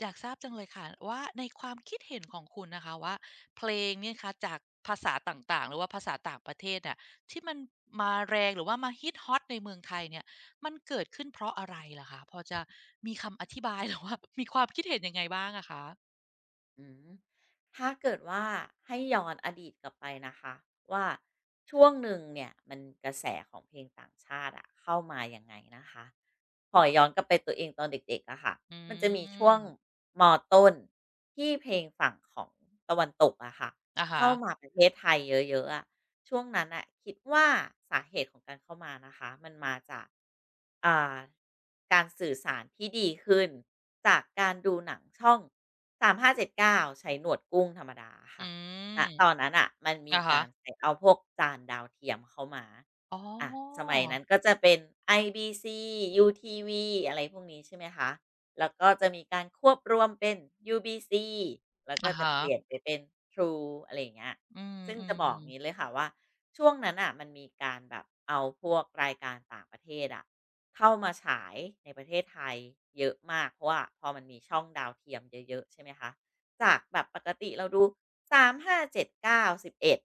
อยากทราบจังเลยค่ะว่าในความคิดเห็นของคุณนะคะว่าเพลงเนี่ยคะจากภาษาต่างๆหรือว่าภาษาต่างประเทศเน่ะที่มันมาแรงหรือว่ามาฮิตฮอตในเมืองไทยเนี่ยมันเกิดขึ้นเพราะอะไรล่ะคะพอจะมีคำอธิบาย หรือว่า มีความคิดเห็นยังไงบ้างอะคะอืมถ้าเกิดว่าให้ย้อนอดีตกลับไปนะคะว่าช่วงหนึ่งเนี่ยมันกระแสของเพลงต่างชาติอะเข้ามาอยังไงนะคะขอย้อนกลับไปตัวเองตอนเด็กๆอะค่ะอืมันจะมีช่วงมมอต้นที่เพลงฝั่งของตะวันตกอะค่ะอะฮะเข้ามาประเทศไทยเยอะๆอะช่วงนั้นอะคิดว่าสาเหตุของการเข้ามานะคะมันมาจาก อ่าการสื่อสารที่ดีขึ้นจากการดูหนังช่อง3579ใช้หนวดกุ้งธรรมดาอืค่ะณมตอนนั้นน่ะมันมีอะกาฮะรใส่เอาพวกจานดาวเทียมเข้ามาอ๋ออะสมัยนั้นก็จะเป็น IBC ยูทีวีอะไรพวกนี้ใช่ไหมคะแล้วก็จะมีการควบรวมเป็น UBC แล้วก็อะจะฮะเปลี่ยนไปเป็น True อะไรอย่างเงี้ยอืซึ่งจะบอกมงี้ๆเลยค่ะว่าช่วงนั้นน่ะมันมีการแบบเอาพวกรายการต่างประเทศอะ เข้ามาฉายในประเทศไทยเยอะมากเพราะว่าพอมันมีช่องดาวเทียมเยอะๆใช่ไหมคะจากแบบปกติเราดูสสาาามห้้เเจ็ดเกาสิบเอ็ด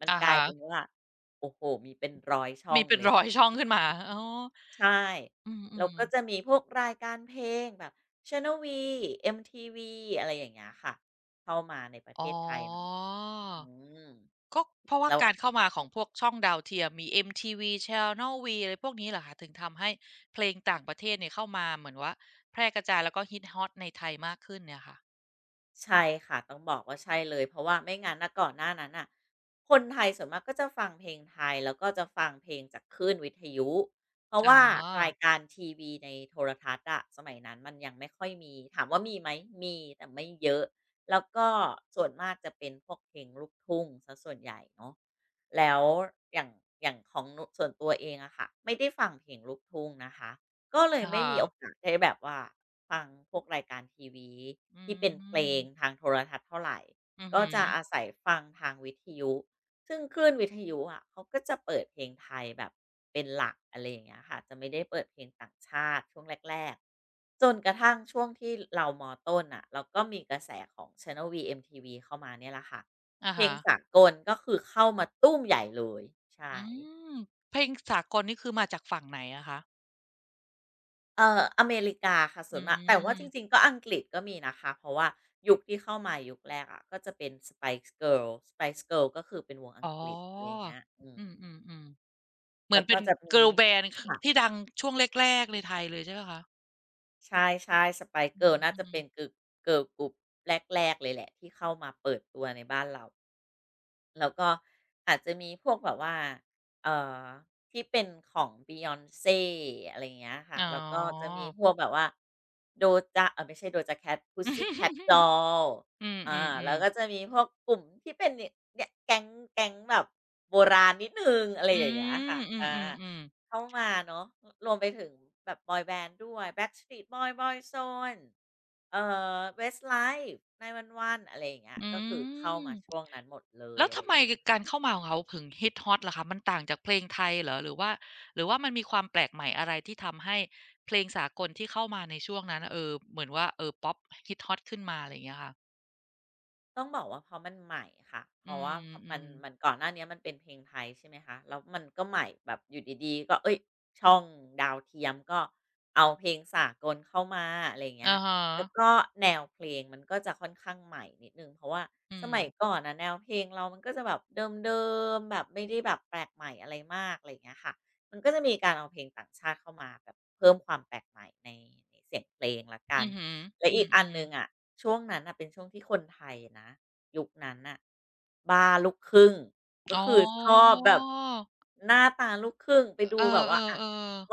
มันอะกลายเป็นฮะว่าโอ้โฮมีเป็นร้อยช่อมีงเป็นเลยร้อยช่องขึ้นมาอ๋อใช่อืมอแล้วมก็จะมีพวกรายการเพลงแบบ Channel V MTV อะไรอย่างเงี้ยค่ะเข้ามาในประเทอ๋อ ศไทยเนาะอืมก็เพราะว่าแล้ว การเข้ามาของพวกช่องดาวเทียมมี MTV Channel V อะไรพวกนี้เหรอคะถึงทำให้เพลงต่างประเทศเนี่ยเข้ามาเหมือนว่าแพร่กระจายแล้วก็ฮิตฮอตในไทยมากขึ้นเนี่ยค่ะใช่ค่ะต้องบอกว่าใช่เลยเพราะว่าไม่งั้นนะก่อนหน้านั้นน่ะคนไทยส่วนมากก็จะฟังเพลงไทยแล้วก็จะฟังเพลงจากคลื่นวิทยุเพราะอ๋อว่ารายการทีวีในโทรทัศน์อะสมัยนั้นมันยังไม่ค่อยมีถามว่ามีไหมมีแต่ไม่เยอะแล้วก็ส่วนมากจะเป็นพวกเพลงลูกทุ่งเสียส่วนใหญ่เนาะแล้วอย่างอย่างของนส่วนตัวเองอะค่ะไม่ได้ฟังเพลงลูกทุ่งนะคะก็เลยอะไม่ฮะมีโอกาสได้แบบว่า ฟังพวกรายการทีวีอืที่เป็นเพลมงทางโทรทัศน์เท่าไรอือก็ฮึจะอาศัยฟังทางวิทยุซึ่งคลื่นวิทยุอะเขาก็จะเปิดเพลงไทยแบบเป็นหลักอะไรอย่างเงี้ยค่ะจะไม่ได้เปิดเพลงต่างชาติช่วงแรกๆจนกระทั่งช่วงที่เรามต้นน่ะเราก็มีกระแสของ Channel V MTV เข้ามาเนี่ยแหละค่ะอะเพลงฮะสากลก็คือเข้ามาตู้มใหญ่เลยใช่ อืมเพลงสากลนี่คือมาจากฝั่งไหนอะคะอเมริกาค่ะส่อืวนมากแต่ว่าจริงมๆก็อังกฤษก็มีนะคะเพราะว่ายุคที่เข้ามายุคแรกอะะก็จะเป็น Spice Girls p i c e g i r l ก็คือเป็นวงอังอ๋อกฤษอะไรอย่างเงี้ยอืมอืมๆๆเหมือแล้นวเป็ก็น จะมี Girl Band คค่ะที่ดังช่วงแรกๆในไทยเลยใช่เปล่าคะใช่ๆ Spice อื g i r l น่าจะมเป็นกึๆกเกิ l Girl g r o แรกๆเลยแหละที่เข้ามาเปิดตัวในบ้านเรา แล้วก็อาจจะมีพวกแบบว่า เอ่อ ที่เป็นของ b e y o n c e อะไรอย่างเงี้ยค่ะ อ๋แล้วก็จะอ มีพวกแบบว่า Doja เอ๊ยไม่ใช่ Doja Cat Pussycat Dolls อืมอืมอืแล้มวก็จะมีพวกกลุ่มที่เป็นเนี่ยเนี่ยแก๊งแก๊งแบบโบราณนิดหนึ่งอะไรอือย่างเงี้ยมค่ะอืมอาอืมอืมเข้ามาเนาะรรวมไปถึงแบบบอยแบนด์ด้วย Backstreet Boys Boyzone เอ่Westlife 911อะไรอย่างเงี้ยอืก็คือเข้ามมาช่วงนั้นหมดเลแล้ยวอะไร ทำไมการเข้ามาของเขาถึงฮิตฮอตล่ะคะมันต่างจากเพลงไทยเหรอหรือว่าหรือว่ามันมีความแปลกใหม่อะไรที่ทำให้เพลงสากลที่เข้ามาในช่วงนั้นเหมือนว่าป๊อปฮิตฮอตขึ้นมาอะไรอย่างเงี้ยค่ะต้องบอกว่าเพราะมันใหม่ค่ะเพอืราะว่ามอืมันมมันก่อนหน้าเนี้ยมันเป็นเพลงไทยใช่ไหมคะแล้วมันก็ใหม่แบบอยู่ดีๆก็เอ้ยช่องดาวเทียมก็เอาเพลงสากลเข้ามาอะไรอย่างเงี้อะยฮะแล้วก็แนวเพลงมันก็จะค่อนข้างใหม่นิดนึงเพราะว่าอืสมมัยก่อนนะแนวเพลงเรามันก็จะแบบเดิมๆแบบไม่ได้แบบแปลกใหม่อะไรมากอะไรอย่างเงี้ยค่ะมันก็จะมีการเอาเพลงต่างชาติเข้ามาแบบเพิ่มความแปลกใหม่ในเสียงเพลงละกัอืน อฮึและอือีกอันมหนึ่ๆงอะช่วงนั้นน่ะเป็นช่วงที่คนไทยนะยุคนั้นน่ะบ้าลูกครึ่งก็อ๋อคือชอบแบบหน้าตาลูกครึ่งไปดูเออแบบว่าอะ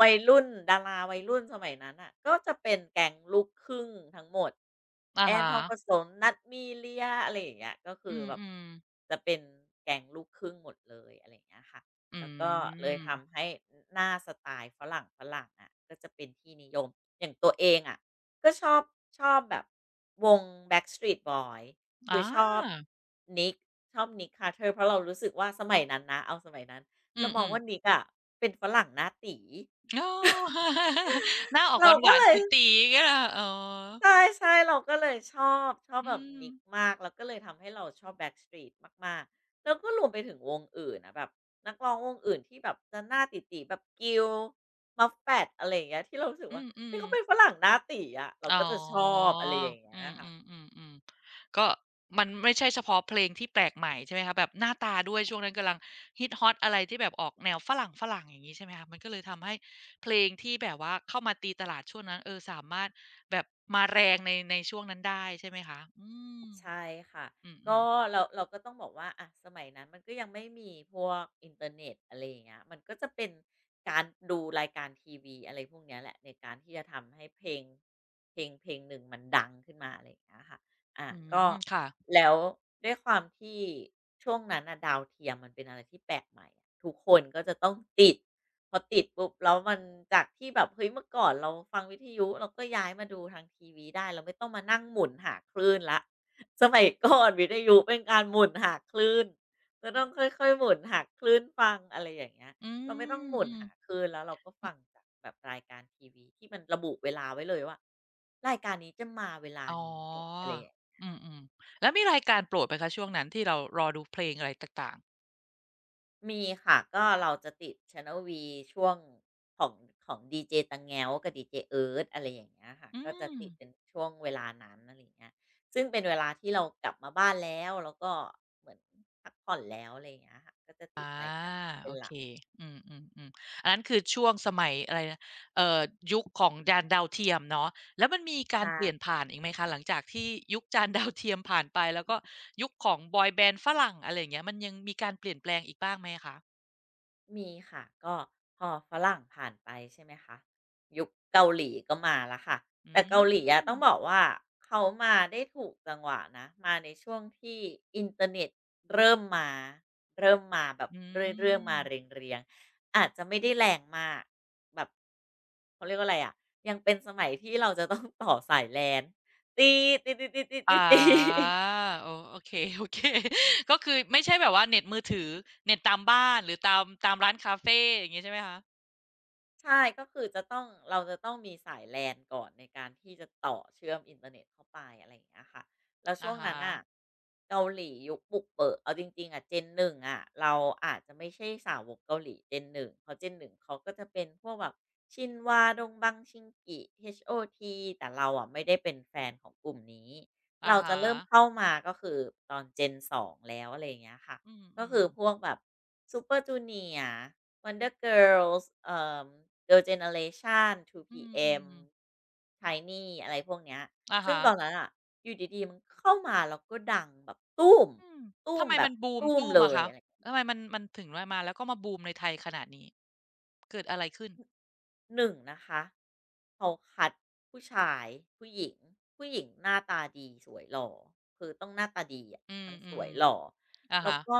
วัยรุ่นดาราวัยรุ่นสมัยนั้นน่ะก็จะเป็นแก๊งลูกครึ่งทั้งหมดๆอะแอนฮะทองผสมนัทมีเลียอะไรอย่างเงี้ยก็คือือแบบมๆจะเป็นแก๊งลูกครึ่งหมดเลยอะไรอย่างเงี้ยค่ะอืแล้วก็เลยมทำให้หน้าสไตล์ฝรั่งๆอะก็จะเป็นที่นิยมอย่างตัวเองอะ ก็ชอบแบบวง Backstreet Boys อคือชอบ า Nick ชอบ Nick Carter เพราะเรารู้สึกว่าสมัยนั้นนะเอาสมัยนั้นอืเรามองมว่า ๆ Nick อะเป็นฝรั่งหน้าตี๋อ๋อ หน้าออกหเราก็วานเลๆตยี๋ๆเงี้ะอ๋อใช่ๆเราก็เลยชอบอืแบบ ม Nick มากแล้วก็เลยทำให้เราชอบ Backstreet มากๆแล้วก็รวมไปถึงวงอื่นอะแบบนักร้องวงอื่นที่แบบจะหน้าตี๋ๆแบบ Gil Muffet อะไรอย่างเงี้ยที่เรารู้สึกอืว่ามอืเฮ้ยมเขาเป็นฝรั่งหน้าตี๋อะเราอ๋อก็จะชอบอะไรอย่างเงี้ยอืมค่ะ อืมอืมอืมก็มันไม่ใช่เฉพาะเพลงที่แปลกใหม่ใช่ไหมคะแบบหน้าตาด้วยช่วงนั้นกำลังฮิตฮอตอะไรที่แบบออกแนวฝรั่งฝรั่งอย่างนี้ใช่ไหมคะมันก็เลยทำให้เพลงที่แบบว่าเข้ามาตีตลาดช่วงนั้นสามารถแบบมาแรงในในช่วงนั้นได้ใช่ไหมคะอืมใช่ค่ะอืมอืก็มเราก็ต้องบอกว่าอ่ะสมัยนั้นมันก็ยังไม่มีพวกอินเทอร์เน็ตอะไรอย่างเงี้ยมันก็จะเป็นการดูรายการทีวีอะไรพวกเนี้ยแหละในการที่จะทำให้เพลงเพลงหนึ่งมันดังขึ้นมาอะไรอย่างเงี้ยค่ะอ่ะอืก็มค่ะแล้วด้วยความที่ช่วงนั้นอ่ะดาวเทียมมันเป็นอะไรที่แปลกใหม่อะทุกคนก็จะต้องติดพอติดปุ๊บแล้วมันจากที่แบบเฮ้ยเมื่อก่อนเราฟังวิทยุเราก็ย้ายมาดูทางทีวีได้เราไม่ต้องมานั่งหมุนหาคลื่นละ สมัยก่อนวิทยุเป็นการหมุนหาคลื่นจะต้องค่อยๆหมุนหาคลื่นฟังอะไรอย่างเงี้ยอืเราไม่ต้องมหมุนอืม หาคลื่นแล้วเราก็ฟังจากแบบรายการทีวีที่มันระบุเวลาไว้เลยว่ารายการนี้จะมาเวลาอ๋อนี้แหละอะไรอย่าง อืมๆแล้วมีรายการโปรดไหมคะช่วงนั้นที่เรารอดูเพลงอะไรต่างๆมีค่ะก็เราจะติด Channel V ช่วงของของดีเจตงแง้วกับดีเจเอิร์ธอะไรอย่างเงี้ยค่ะอืก็จะมติดเป็นช่วงเวลานั้นอะไรอย่างเงี้ยซึ่งเป็นเวลาที่เรากลับมาบ้านแล้วแล้วก็เหมือนพักผ่อนแล้วอะไรอย่างเงี้ยค่ะก็จะติดอารายการนี้เป็โอนหเคลักอืมๆๆอันนั้นคือช่วงสมัยอะไรนะเอ่อยุคของจานดาวเทียมเนาะแล้วมันมีการใช่ เปลี่ยนผ่านอีกไหมคะหลังจากที่ยุคจานดาวเทียมผ่านไปแล้วก็ยุคของบอยแบนด์ฝรั่งอะไรอย่างเงี้ยมันยังมีการเปลี่ยนแปลงอีกบ้างไหมคะมีค่ะก็พอฝรั่งผ่านไปใช่ไหมคะยุคเกาหลีก็มาแล้วค่ะอืแต่เกาหลีอะมต้องบอกว่าเขามาได้ถูกจังหวะนะมาในช่วงที่อินเทอร์เน็ตเริ่มมาเริ่มมาแบบอืเรื่อยๆม มาเรียงๆอาจจะไม่ได้แรงมากแบบเขาเรียกว่าอะไรอะยังเป็นสมัยที่เราจะต้องต่อสายแลนตีๆๆีตีตีอาตี โอ้ โอเค ๆก็คือไม่ใช่แบบว่าเน็ตมือถือเน็ตตามบ้านหรือตามตามร้านคาเฟอย่างงี้ใช่ไหมคะใช่ก็คือจะต้องเราจะต้องมีสาย LAN ก่อนในการที่จะต่อเชื่อมอินเทอร์เน็ตเข้าไปอะไรอย่างเงี้ยค่ะแล้วช่วอะงนั้ฮะนน่ะเกาหลียุคบุกเบิกเอาจริงๆอะ Gen 1อะเราอาจจะไม่ใช่สาวกเกาหลี Gen 1เพราะ Gen 1เขาก็จะเป็นพวกแบบชินวาดงบังชิงกิ HOT แต่เราอะไม่ได้เป็นแฟนของกลุ่มนี้อะเราจะฮะเริ่มเข้ามาก็คือตอน Gen 2แล้วอะไรอย่างเงี้ยค่ะอืก็มคือพวกๆแบบ Super Junior Wonder Girls อ Girl Generation อื 2PM มๆ Tiny อะไรพวกเนี้ย อะซึ่งฮะตอนนั้นอ่ะ อยู่ดีๆมันเข้ามาแล้วก็ดังแบบตู้มอืมตู้ทำมไมแบมับนบูมตู้มตู้มเลอะยคะอะไร ทำไมมันถึงว่ามาแล้วก็มาบูมในไทยขนาดนี้เกิดอะไรขึ้นหนึ่งนะคะเขาคัดผู้ชายผู้หญิงผู้หญิงหน้าตาดีสวยหล่อคือต้องหน้าตาดีอะอืทั้งสวมยหล่อๆอะแล้วฮะก็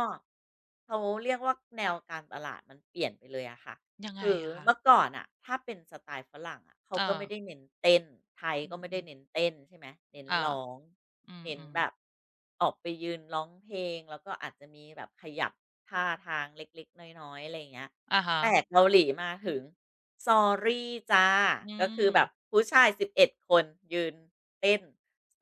เขาเรียกว่าแนวการตลาดมันเปลี่ยนไปเลยอะค่ะยังไงคืออะคะเมื่อก่อนอะถ้าเป็นสไตล์ฝรั่งอะเขาเอก็อไม่ได้เน้นเต้นไทยก็ไม่อืได้มเน้นๆเต้นใช่ไหมเน้นอาร้องอืเน้นมแบบๆออกไปยืนร้องเพลงแล้วก็อาจจะมีแบบขยับท่าทางเล็กๆน้อยๆอะไรอย่างเงี้ย อะแต่ฮะเกาหลีมาถึง "Sorry จ้า อืก็คือม แบบผู้ชาย 11 คนยืนเต้น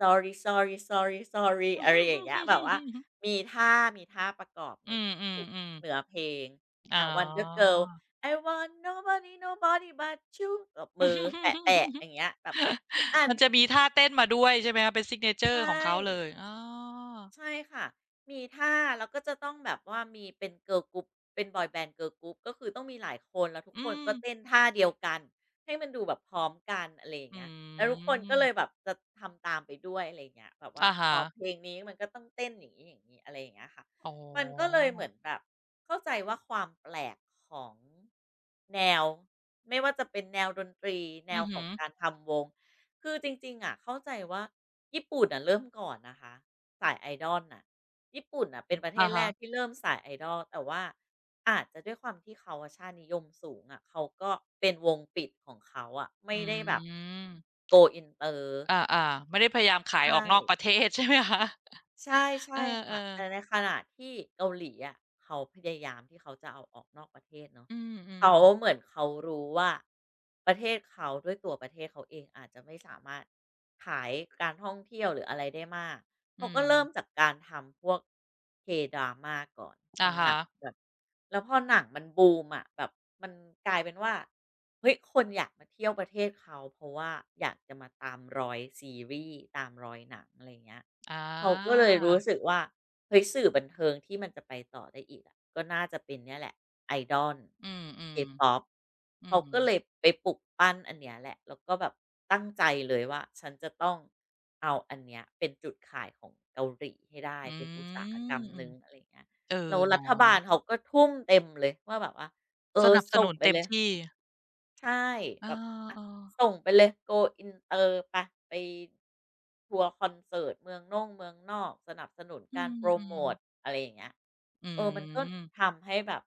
"Sorry sorry sorry sorry" อะไรอย่างเงี้ยแบบ ว่ามีท่าประกอบในอืมทุกๆๆเหนือๆ เพลงอ๋อ อ่า Wonder Girl "I want nobody nobody but you" ตบมือแปะๆอย่า งเงี้ยแบบทุกอันมันจะมีท่าเต้นมาด้วยใช่ไหมคะเป็น s i g n a t ใชอ r ์ขอ่ งเขาเลยอ๋อใช่ค่ะมีท่าแล้วก็จะต้องแบบว่ามีเป็นเกิร์ลกรุ๊ปเป็นบอยแบนด์เกิร์ลกรุ๊ปก็คือต้องมีหลายคนแล้วทุกคอืนมก็เต้นท่าเดียวกันให้มันดูแบบพร้อมกันอะไรอย่างอืเงี้ยแล้วทุกคนก็เลยแบมบจะทำตามไปด้วยอะไรอย่างเงี้ยแบบว่าอาพฮะอเพลงนี้มันก็ต้องเต้นอย่างนี้อะไรอย่างเงี้ยค่ะอ๋อมันก็เลยเหมือนแบบเข้าใจว่าความแปลกของแนวไม่ว่าจะเป็นแนวดนตรีแนอืวอขฮึองการอทำวงคือจริงๆอะเข้าใจว่าญี่ปุ่นอ่ะเริ่มก่อนนะคะ สายไอดอลน่ะญี่ปุ่นน่ะเป็นประเทอ่าศแรฮะกที่เริ่มสายไอดอลแต่ว่าอาจจะด้วยความที่เขาอะชาตินิยมสูงอะเขาก็เป็นวงปิดของเขาอะไม่อืได้แบบ ม go inter อาอ่าไม่ได้พยายามขายออใช่กนอกประเทศใช่ไหมคะใช่เอใช่อเออค่ะแต่ในขณะที่เกาหลีอะเขาพยายามที่เขาจะเอาออกนอกประเทศเนาะอืมอืมเขาเหมือนเขารู้ว่าประเทศเขาด้วยตัวประเทศเขาเองอาจจะไม่สามารถขายการท่องเที่ยวหรืออะไรได้มาก อืเขาก็เริ่มมจากการทำพวก K-drama ก่อนอะทำหฮะนังแบบแล้วพอหนังมันบูมอะแบบมันกลายเป็นว่าเฮ้ยคนอยากมาเที่ยวประเทศเขาเพราะว่าอยากจะมาตามรอยซีรีส์ตามรอยหนังอะไรอย่างเงี้ยอาเขาก็เลยรู้สึกว่าเฮ้ยสื่อบันเทิงที่มันจะไปต่อได้อีกอะก็น่าจะเป็นเนี่ยแหละ Idol อืม K-pop อืเขามอืก็มเลยไปปลุกปั้นอันเนี้ยแหละแล้วก็แบบตั้งใจเลยว่าฉันจะต้องเอาอันเนี้ยเป็นจุดขายของเกาหลีให้ได้อืเป็นอุตสาหกรมรมอืหมนึ่งอะไรอย่างเงี้ยเออแล้วรัเนาะฐบาลเขาก็ทุ่มเต็มเลยว่าแบบว่าเอสอนับสส่งนุนไปเต็มเลย ที่ใช่แบเอาบอะอๆส่งไปเลย Go Inter ไปไปทัวร์คอนเสิร์ตเมืองน่งเมืองนอกสนับสนุนอืการโพรโมตม อะไรอย่างเงี้ยอืเออมันก็มทำให้แบบ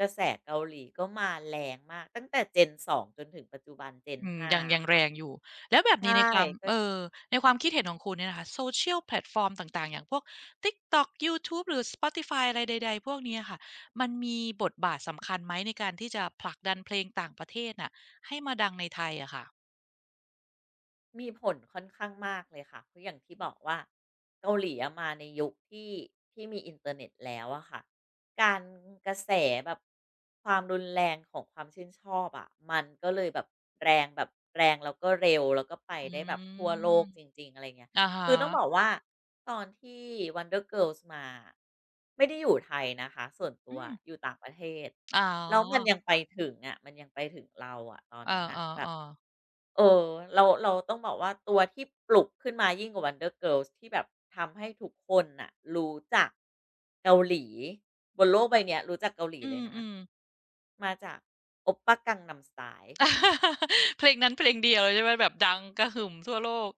กระแสเกาหลีก็มาแรงมากตั้งแต่ Gen 2จนถึงปัจจุบัน Gen อืม5ยังยัอะงแรค่ะงอยู่แล้วแบบใชนี้ในความ่ ในความคิดเห็นของคุณเนี่ยนะคะ Social แพลตฟอร์มต่างๆอย่างพวก TikTok ยูทูบหรือ Spotify อะไรใดๆพวกเนี้ยค่ะมันมีบทบาทสำคัญไหมในการที่จะผลักดันเพลงต่างประเทศน่ะให้มาดังในไทยอะค่ะมีผลค่อนข้างมากเลยค่ะเพราะอย่างที่บอกว่าเกาหลีอะมาในยุคที่มีอินเทอร์เน็ตแล้วอะค่ะ การกระแสแบบความรุนแรงของความชื่นชอบอะมันก็เลยแบบแรงแบบแรงแล้วก็เร็วแล้วก็ไปอืได้แบบทั่วโลมกจริงๆอะไรเงี้ยอะฮะคือต้องบอกว่าตอนที่ Wonder Girls มาไม่ได้อยู่ไทยนะคะส่วนตัอืวมอยู่ต่างประเทศอ๋แล้วมันอยังไปถึงอะมันยังไปถึงเราอะตอนเอนั้นน่ะแบบ อๆๆเออเราเราต้องบอกว่าตัวที่ปลุกขึ้นมายิ่งกว่า Wonder Girls ที่แบบทำให้ทุกคนน่ะรู้จักเกาหลีบนโลกใบเนี้ยรู้จักเกาหลีอืเลยนะมๆ มาจาก Oppa Gangnam Style เพลงนั้นเพลงเดียวเลยใช่ไหมแบบดังกระหึ่มทั่วโลก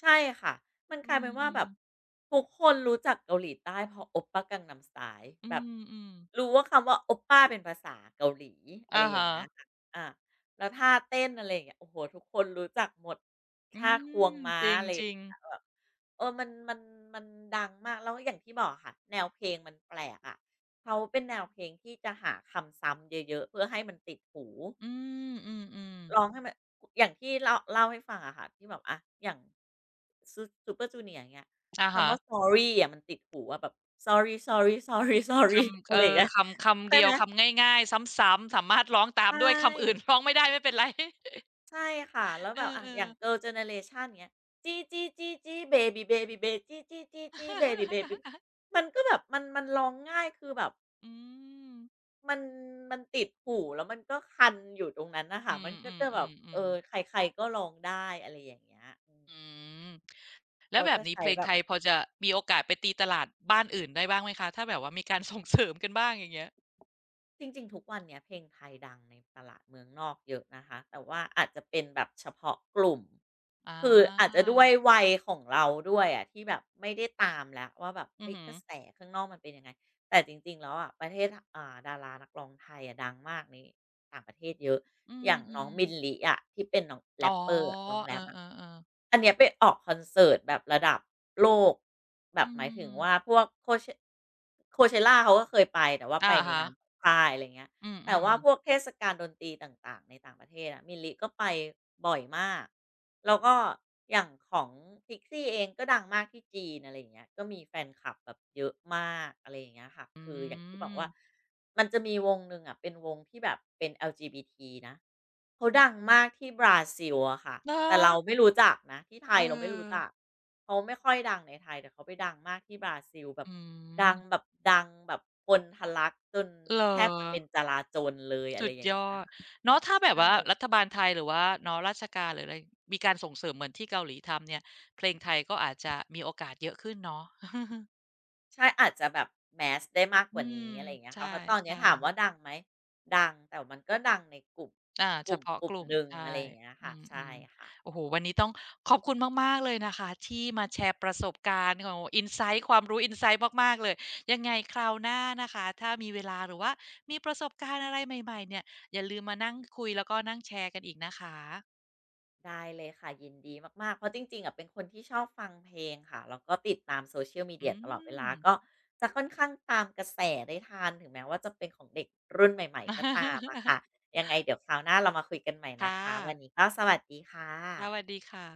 ใช่ค่ะ มันอืกลายเป็นว่ามแบบๆทุกคนรู้จักเกาหลีใต้เพราะ o p ป a Gangnam Style อืแบบมๆรู้ว่าคำว่า o ปป้าเป็นภาษาเกาหลีอะไรอะอย่างฮะ เงี้ยค่ะอาแล้วท่าเต้นอะไรอย่างเงี้ยโอ้โฮทุกคนรู้จักหมดอืท่าควงมม้าจริงอะไรอจย่างริงเงี้ยแบบเออมันดังมากแล้วอย่างที่บอกค่ะแนวเพลงมันแปลกอะะเขาเป็นแนวเพลงที่จะหาคำซ้ำเยอะๆเพื่อให้มันติดหู อืมอืมอมร้องให้มันอย่างที่เล่าเล่าให้ฟังอะค่ะที่แบบอะอย่างซู Super Junior อย่างเงี้ยอะคำฮะว่า sorry อะมันติดหูอะแบบ sorry sorry sorry ค sorry ำอะไรอย่างเงี้ยคำคำใช่เดียไหวมคำง่ายๆซ้ำๆสามารถร้องตาใชมด้วยคำอื่น ่ ร้องไม่ได้ไม่เป็นไร ใช่ค่ะแล้วเอแบบออะเอออ ย่าง Girl Generation อย่างเงี้ยจี้ๆๆๆ baby baby baby จี้ๆๆๆ baby baby มันก็แบบมันร้องง่ายคือแบบอืมมันมันติดหูแล้วมันก็คันอยู่ตรงนั้นน่ะค่ะอืมัมนก็อืมจะแบอืบมอืเอมอใครๆก็ร้องได้อะไรอย่างเงี้ยอืม อืมแล้เขาวแบจะบนี้ใช้เพลงแบไทบยพอจะมีโอกาสไปตีตลาดบ้านอื่นได้บ้างไหมคะถ้าแบบว่ามีการส่งเสริมกันบ้างอย่างเงี้ยจริงๆทุกวันเนี้ยเพลงไทยดังในตลาดเมืองนอกเยอะนะคะแต่ว่าอาจจะเป็นแบบเฉพาะกลุ่มอาคืออาจจะด้วยวัยของเราด้วยอะที่แบบไม่ได้ตามแล้วว่าแบบอือเฮ้ยฮึกระแสอข้างนอกมันเป็นยังไงแต่จริงๆแล้วอะประเทศอ่าดารานักร้องไทยอะดังมากในต่างประเทศเยอะ อือย่างน้องมมิลๆลิอะที่เป็นน้องอ๋แร็อปเปอร์อะน้องเออแร็ปอะเออเอออันเนี้ยไปออกคอนเสิร์ตแบบระดับโลกแบบอืหมายถึงว่ามพวก Coache Coachella เขาก็เคยไปแต่ว่าไปอะในฮะนามของค่ายอะไรเงี้ย อืมอืแต่ม ว่าพวกเทศกาลดนตรีต่างๆในต่างประเทศอะมิลลิก็ไปบ่อยมาก แล้วก็อย่างของพิกซี่เองก็ดังมากที่จีนอะไรอย่างเงี้ยก็มีแฟนคลับแบบเยอะมากอะไรอย่างเงี้ยค่ะอืคืออย่างที่บอกมว่ามันจะมีวงหนึ่งอะเป็นวงที่แบบเป็น LGBT นะเขาดังมากที่บราซิลอะค่ะ เหรอแต่เราไม่รู้จักนะที่ไทเออยเราไม่รู้จัก เขาไม่ค่อยดังในไทยแต่เขาไปดังมากที่บราซิลแบบอืดังแบบมดังแบบคนทะลักจนเหรอแทบจะเป็นจลาจลเลยอะไรสุดอย่างยเงี้อยดเนาะถ้าแบบใช่ว่ารัฐบาลไทยหรือว่าเนาะราชการหรืออะไรมีการส่งเสริมเหมือนที่เกาหลีทำเนี่ยเพลงไทยก็อาจจะมีโอกาสเยอะขึ้นเนาะใช่อาจจะแบบ mass ได้มากกอืว่ามนี้อะไรอย่างเงี้ยใชค่ะเพราะตอนเนี้ย่ถามว่าดัๆ งไหมดังแต่มันก็ดังในกลุ่มอากเฉลุ่มพาะกกลุ่มลุ่มหนึ่งอะใช่ไรอย่างเงี้ยอค่ะืใช่มค่ะ ๆโอ้โฮวันนี้ต้องขอบคุณมากๆเลยนะคะที่มาแชร์ประสบการณ์โอ้โฮอินไซต์ความรู้อินไซต์มากๆเลยยังไงคราวหน้านะคะถ้ามีเวลาหรือว่ามีประสบการณ์อะไรใหม่ๆเนี่ยอย่าลืมมานั่งคุยแล้วก็นั่งแชร์กันอีกนะคะได้เลยค่ะยินดีมากๆเพราะจริงๆอ่ะเป็นคนที่ชอบฟังเพลงค่ะแล้วก็ติดตาม Social อื Media ตลอดเวม ลาก็จะค่อนข้างตามกระแสได้ทันถึงแม้ว่าจะเป็นของเด็กรุ่นใหม่ๆก็ตามอะ ค่ะยังไงเดี๋ยวคราวหน้าเรามาคุยกันใหม่นะค่ะคะวันนี้ก็สวัสดีค่สวัสะดีค่ะ